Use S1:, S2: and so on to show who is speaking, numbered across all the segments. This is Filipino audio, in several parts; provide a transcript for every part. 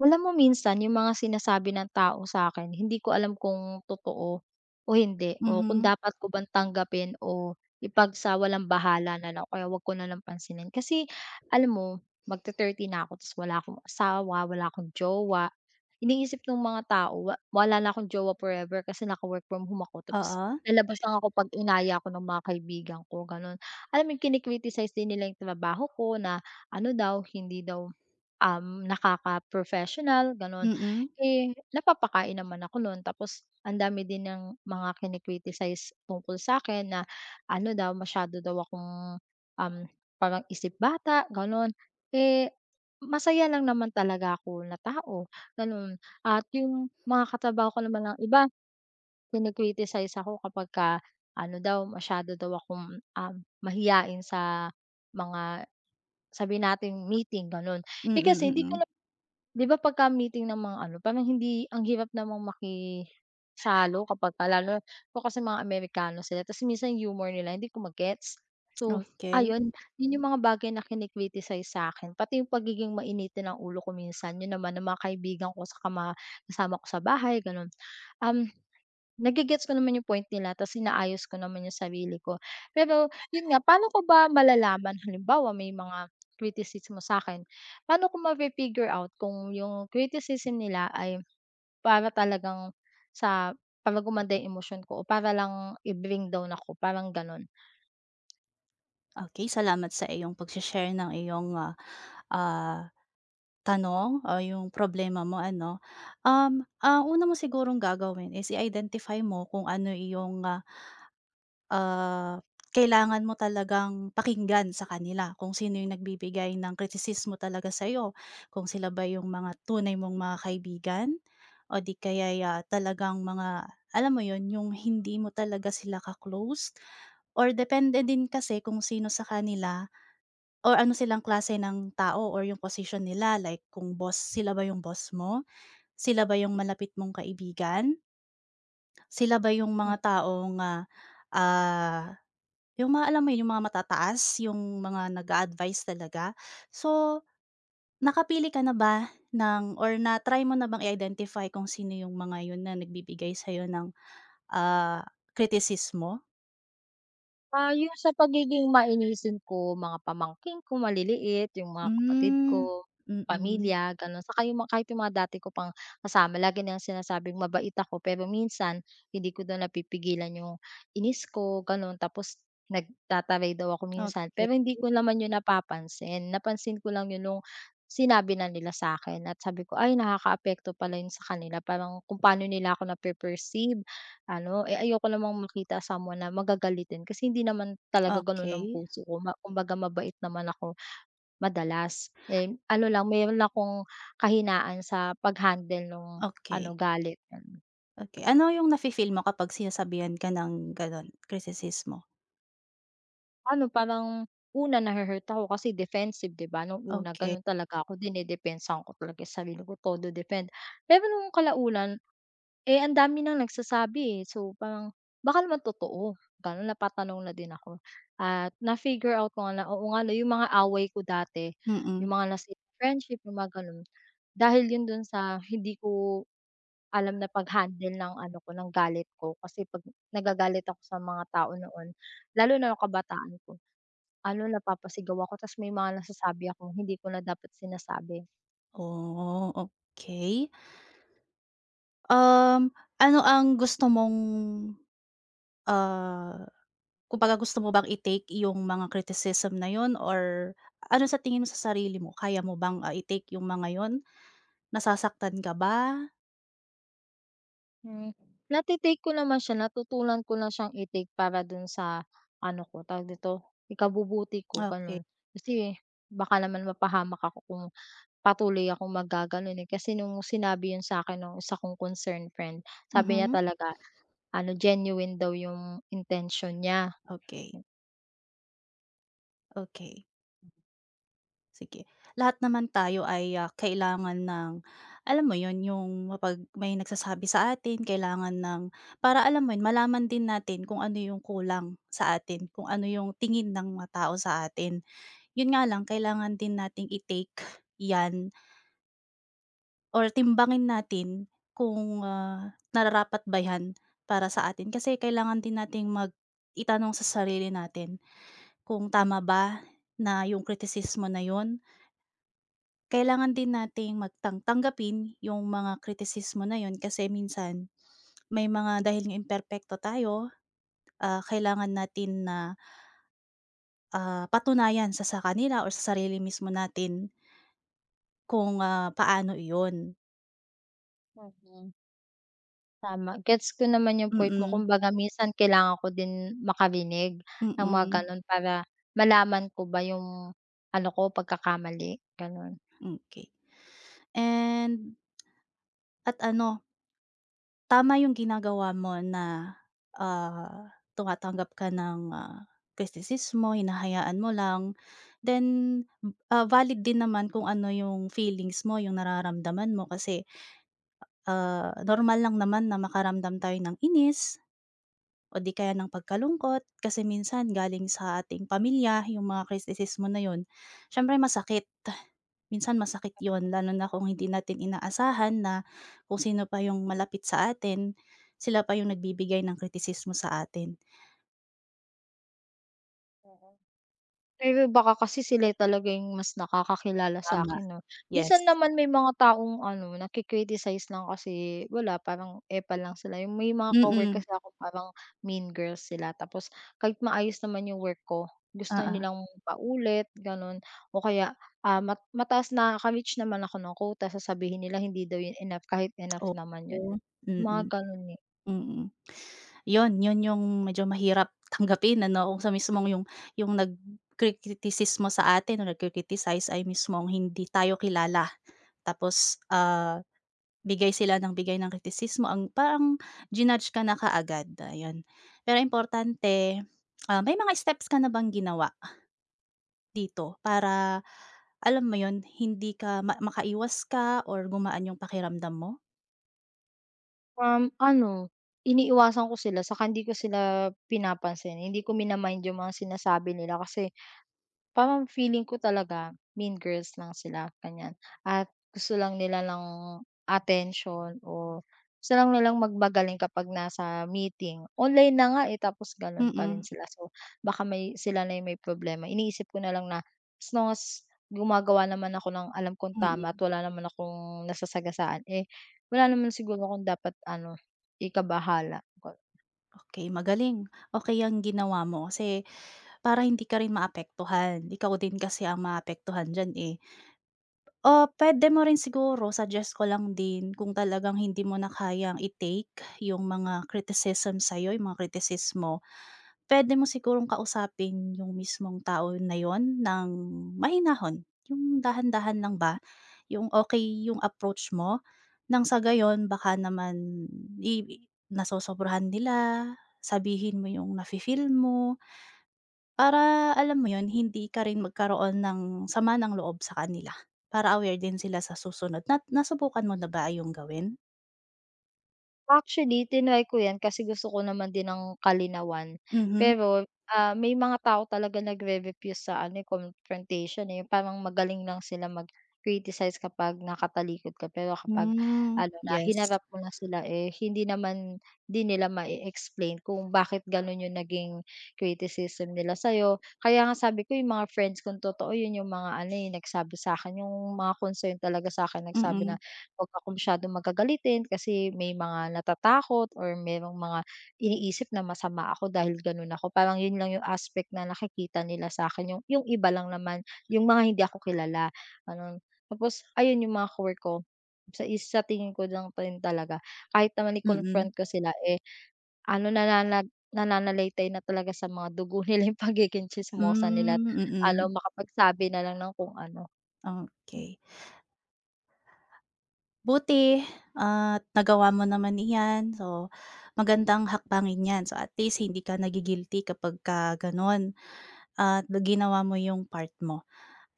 S1: Alam mo, minsan yung mga sinasabi ng tao sa akin hindi ko alam kung totoo o hindi, o kung
S2: Mhm,
S1: dapat ko bang tanggapin o ipagsawalang-bahala na lang, o kaya wag ko na lang pansinin. Kasi alam mo, magte-30 na ako tapos wala akong asawa, wala akong jowa. Iniisip nung mga tao wala na akong jowa forever kasi naka-work from home ako, tapos
S2: oo.
S1: lalabas lang ako 'pag inaya ako ng mga kaibigan ko, gano'n. Alam mo, yung kini-criticize din nila yung trabaho ko na ano daw, hindi daw nakaka-professional, gano'n.
S2: Mm,
S1: Eh, napapakain naman ako nun. Tapos ang dami din ng mga kini-criticize sa akin na ano daw, masyado daw akong, um, parang isip bata, gano'n. Eh, masaya lang naman talaga ako na tao, gano'n, at yung mga katrabaho ko naman ng iba kini ako kapag ka ano daw, masyado daw akong, mahiyain sa mga sabi natin meeting, gano'n.
S2: mm,
S1: Eh, kasi hindi ko.
S2: mm.
S1: 'Di ba pagka meeting ng mga ano, parang hindi, ang hirap namang makisalo kapagka lalo kung kasi mga Amerikano sila, tas minsan yung humor nila hindi ko ma-gets. So
S2: Okey.
S1: ayun, yun yung mga bagay na kini-criticize sa'kin, pati yung pagiging mainitin ng ulo ko minsan, yun naman ng mga kaibigan ko saka mga kasama ko sa bahay, gano'n. Um Nagigets ko naman yung point nila, ta's inaayos ko naman yung sarili ko. Pero yun nga, paano ko ba malalaman halimbawa may mga criticism, kritisismo sa'kin, paano ko mafi-figure out kung yung criticism nila ay para talagang sa para gumanda yung emosyon ko, o para lang i-bring down ako, parang gano'n?
S2: Okey, salamat sa iyong pagse-share ng iyong, ah, tanong o yung problema mo ano. Ang una mo sigurong gagawin is i-identify mo kung ano iyong, ah, kailangan mo talagang pakinggan sa kanila kung sino yung nagbibigay ng kritisismo talaga sa iyo. Kung sila ba yung mga tunay mong mga kaibigan o di kaya'y, talagang mga alam mo yon, yung hindi mo talaga sila ka-close, or depende din kasi kung sino sa kanila, or ano silang klase ng tao or yung position nila. Like kung boss, sila ba yung boss mo? Sila ba yung malapit mong kaibigan? Sila ba yung mga taong, nga, ah yung mga alam mo yun, yung mga matataas, yung mga nag-a-advice talaga. So, nakapili ka na ba ng or na-try mo na bang i-identify kung sino yung mga yun na nagbibigay sa'yo ng, ah, kritisismo?
S1: Ah, yung sa pagiging mainisin ko, mga pamangkin ko maliliit, yung mga kapatid
S2: Hmm,
S1: ko,
S2: mm.
S1: pamilya, gano'n. Saka yung mga kahit yung mga dati ko pang kasama, lagi nilang sinasabing mabait ako, pero minsan hindi ko daw napipigilan yung inis ko, gano'n. Tapos nagtataray daw ako minsan,
S2: Okay,
S1: pero hindi ko naman yun napapansin. Napansin ko lang yun nung sinabi na nila sa akin, at sabi ko, "Ay, nakakaapekto pala yun sa kanila." Parang kung paano nila ako na perceive ano, eh, ayoko namang makita someone na magagalitin kasi hindi naman talaga gano'n ang
S2: okay,
S1: puso ko, ma kumbaga mabait naman ako madalas. Eh, ano lang, meron akong kahinaan sa pag-handle nung ano,
S2: okay,
S1: galit, mm.
S2: okey. Ano yung nafi-feel mo kapag sinasabihan ka ng gano'n, kritisismo?
S1: Ano parang una nahu ako kasi defensive, 'di ba, nung una
S2: Okey,
S1: gano'n talaga ako, dinedepensahan ko talaga yung sarili ko, todo defend. Pero nung kalaunan, eh, ang dami ng nagsasabi, eh. So parang baka naman totoo, gano'n. Napatanong na din ako at na-figure out ko nga na, oo nga 'no, yung mga away ko dati,
S2: mm.
S1: yung mga nasira friendship, yung mga gano'n, dahil yun dun sa hindi ko alam na pag-handle ng ano ko, ng galit ko. Kasi 'pag nagagalit ako sa mga tao noon, lalo na nung kabataan ko, ano, napapasigaw ako ta's may mga nasasabi ako, hindi ko na dapat sinasabi.
S2: Oh, okay. Um, Ano ang gusto mong, ah kumbaga gusto mo bang i-take yung mga criticism na yun, or ano sa tingin mo sa sarili mo, kaya mo bang, i-take yung mga yun? Nasasaktan ka ba?
S1: Hmm, nate-take ko naman siya, natutunan ko na siyang i-take para dun sa ano ko, tawag dito, ikabubuti ko,
S2: Okey,
S1: gano'n. Kasi baka naman mapahamak ako kung patuloy akong maggaganon, eh, kasi nung sinabi yun sa'kin nung isa kong concerned friend, sabi niya
S2: mhm,
S1: talaga ano, genuine daw yung intention niya.
S2: okay, okay, sige. Lahat naman tayo ay, kailangan ng alam mo yun, yung kapag may nagsasabi sa atin, kailangan ng, para alam mo yun, malaman din natin kung ano yung kulang sa atin, kung ano yung tingin ng mga tao sa atin. Yun nga lang, kailangan din nating i-take 'yan. Or timbangin natin kung, nararapat ba 'yan para sa atin. Kasi kailangan din nating mag itanong sa sarili natin kung tama ba na yung kritisismo na yun. Kailangan din nating magtang tanggapin yung mga kritisismo na yun kasi minsan may mga dahil nga imperpekto tayo, kailangan natin na, patunayan sa kanila or sa sarili mismo natin kung, paano iyon.
S1: Mm. Tama, gets ko naman yung point mo,
S2: Mm,
S1: kumbaga minsan kailangan ko din makarinig
S2: mm,
S1: ng mga
S2: mm,
S1: gano'n para malaman ko ba yung ano ko, pagkakamali, gano'n.
S2: mm, okay. And At ano, tama yung ginagawa mo na, tumatanggap ka ng, kritisismo, hinahayaan mo lang. Then, valid din naman kung ano yung feelings mo, yung nararamdaman mo kasi, normal lang naman na makaramdam tayo ng inis o di kaya ng pagkalungkot kasi minsan galing sa ating pamilya yung mga kritisismo na yun, siyempre masakit. Minsan masakit yon. Lalo na kung hindi natin inaasahan na kung sino pa yung malapit sa atin, sila pa yung nagbibigay ng kritisismo sa atin.
S1: Eh, baka kasi sila talaga yung mas nakakakilala sa
S2: Tama,
S1: akin, 'no. Minsan
S2: yes.
S1: naman may mga taong ano, nagki lang kasi wala, parang epal lang sila. Yung may mga ka-work
S2: Mm,
S1: kasi ako, parang mean girls sila tapos kahit maayos naman yung work ko, gusto
S2: oo.
S1: nilang paulit, gano'n, o kaya, ah, ma mataas, nakaka-reach naman ako ng quota sasabihin nila hindi daw yun enough kahit enough naman yun,
S2: Oo,
S1: mga
S2: mm,
S1: gano'n, eh.
S2: mm. Yun, yun yung medyo mahirap tanggapin ano, kung sa mismong yung nagkritisismo sa atin o nagki-criticize ay mismong hindi tayo kilala. Tapos, bigay sila ng bigay ng kritisismo ang parang jinudge ka na kaagad, ayun. Pero importante, may mga steps ka na bang ginawa dito para alam mo yun, hindi ka ma makaiwas ka or gumaan yung pakiramdam mo?
S1: Ano, iniiwasan ko sila saka hindi ko sila pinapansin, hindi ko mina-mind yung mga sinasabi nila, kasi parang feeling ko talaga mean girls lang sila, ganyan. At gusto lang nila ng attention, o gusto lang nilang magmagaling kapag nasa meeting. Online na nga, eh, tapos gano'n pa rin
S2: Mm,
S1: sila. So baka may sila na yung may problema. Iniisip ko na lang na as long as gumagawa naman ako ng alam kong tama at
S2: mm.
S1: wala naman akong nasasagasaan, eh, wala naman siguro akong dapat ano, ikabahala.
S2: Okey, magaling. Okay yang ginawa mo kasi para hindi ka rin maapektuhan, ikaw din kasi ang maapektuhan diyan, eh. Puwede mo rin siguro, suggest ko lang din, kung talagang hindi mo na kayang i-take yung mga criticism sa'yo, yung mga kritisismo, puwede mo sigurong kausapin yung mismong tao na yun ng mahinahon, yung dahan-dahan lang ba, yung okay yung approach mo, nang sa gayon baka naman i i- nasosobrahan nila, sabihin mo yung nafi-feel mo. Para alam mo yun, hindi ka rin magkaroon ng sama ng loob sa kanila, para aware din sila sa susunod. Na nasubukan mo na ba yung gawin?
S1: Actually, tinry ko 'yan kasi gusto ko naman din ng kalinawan.
S2: Mhm.
S1: Pero, ah, may mga tao talaga nagre-refuse sa ano, eh, confrontation, eh, yung parang magaling lang sila mag-criticize kapag nakatalikod ka. Pero kapag
S2: Hmm,
S1: ano na,
S2: yes.
S1: hinarap mo na sila, eh, hindi naman din nila mai-explain kung bakit gano'n yung naging criticism nila sa'yo. Kaya nga sabi ko yung mga friends kong totoo, yun yung mga ano, eh, nagsabi sa'kin, yung mga concern talaga sa'kin, nagsabi
S2: Mm,
S1: ng huwag ako masyadong magagalitin kasi may mga natatakot or merong mga iniisip na masama ako dahil ganun ako. Parang 'yun lang yung aspect na nakikita nila sa'kin, yung iba lang naman, yung mga hindi ako kilala, ano. Tapos ayun, yung mga cowork ko, sa isa tingin ko lang pa rin talaga kahit naman
S2: mm.
S1: i-confront ko sila, eh, ano, nananalaytay na talaga sa mga dugo nila yung pagiging tsismosa nila, at
S2: Hmm, mm,
S1: ano,
S2: mm-mm.
S1: makapagsabi na lang ng kung ano.
S2: Okay, buti at nagawa mo naman iyan. So, magandang hakbangin yan. So, at least hindi ka nagigilty kapag ka gano'n at ginawa mo yung part mo.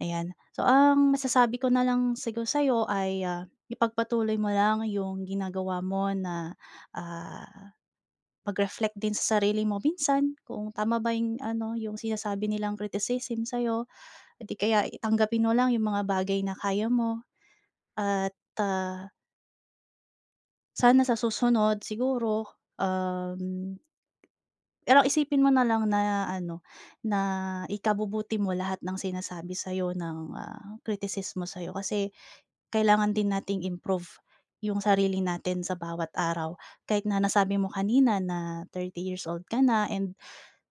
S2: Ayan. So, ang masasabi ko na lang siguro sa'yo ay, ipagpatuloy mo lang yung ginagawa mo na, ah, mag-reflect din sa sarili mo minsan kung tama ba yung ano, yung sinasabi nilang criticism sa'yo o di kaya tanggapin mo lang yung mga bagay na kaya mo at, ah, sana sa susunod siguro, um pero isipin mo na lang na ano, na ikabubuti mo lahat ng sinasabi sa'yo ng, kritisismo sa'yo kasi kailangan din nating improve yung sarili natin sa bawat araw. Kahit na nasabi mo kanina na 30 years old ka na,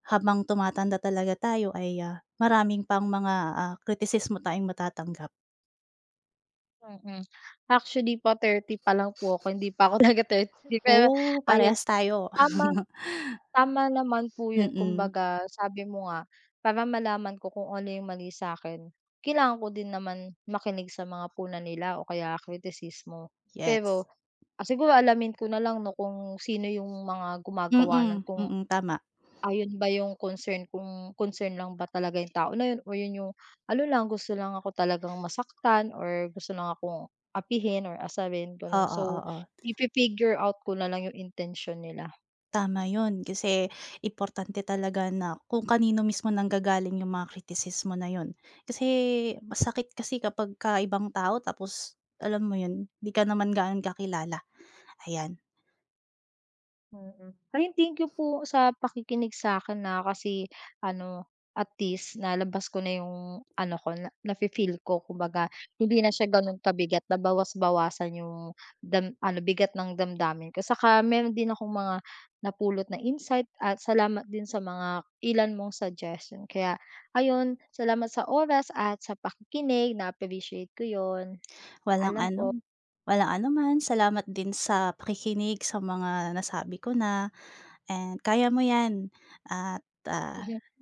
S2: habang tumatanda talaga tayo ay, maraming pang mga, kritisismo tayong matatanggap.
S1: Mm. Actually po 30 pa lang po ako, hindi pa ako naga thirty, pero
S2: Oo,
S1: ayun,
S2: parehas tayo.
S1: tama tama naman po yun,
S2: Mm,
S1: kumbaga sabi mo nga, para malaman ko kung ano yung mali sa'kin, kailangan ko din naman makinig sa mga puna nila o kaya kritisismo. Pero,
S2: yes.
S1: ah, siguro alamin ko na lang 'no kung sino yung mga gumagawa nun,
S2: Mm,
S1: kung,
S2: mm, tama.
S1: ah, ba yung concern, kung concern lang ba talaga yung tao na yun, o yun yung ano lang, gusto lang ako talagang masaktan or gusto lang akong apihin or asarin, gano'n.
S2: Oo, oo,
S1: So
S2: oo.
S1: ifi-figure out ko na lang yung intention nila.
S2: Tama yun, kasi importante talaga na kung kanino mismo nanggagaling yung mga kritisismo na yun. Kasi masakit kasi kapag ka ibang tao tapos alam mo yun, 'di ka naman gaano kakilala, ayan.
S1: Mm. Ayun, thank you po sa pakikinig sa'kin, ah, kasi ano, at least nalabas ko na yung ano ko, na nafi-feel ko. Kumbaga, hindi na siya gano'n kabigat, nabawas-bawasan yung dam ano, bigat ng damdamin ko. Saka meron din akong mga napulot na insight, at salamat din sa mga ilan mong suggestion. Kaya ayun, salamat sa oras at sa pakikinig, na-appreciate ko yon.
S2: Walang
S1: Alam po
S2: ano, walang ano man, salamat din sa pakikinig sa mga nasabi ko na kaya mo 'yan at, ah,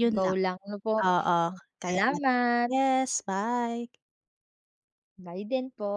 S2: yun
S1: go
S2: lang,
S1: lang 'no po.
S2: oo, kaya nat,
S1: Salamat,
S2: yes, bye.
S1: bye din po.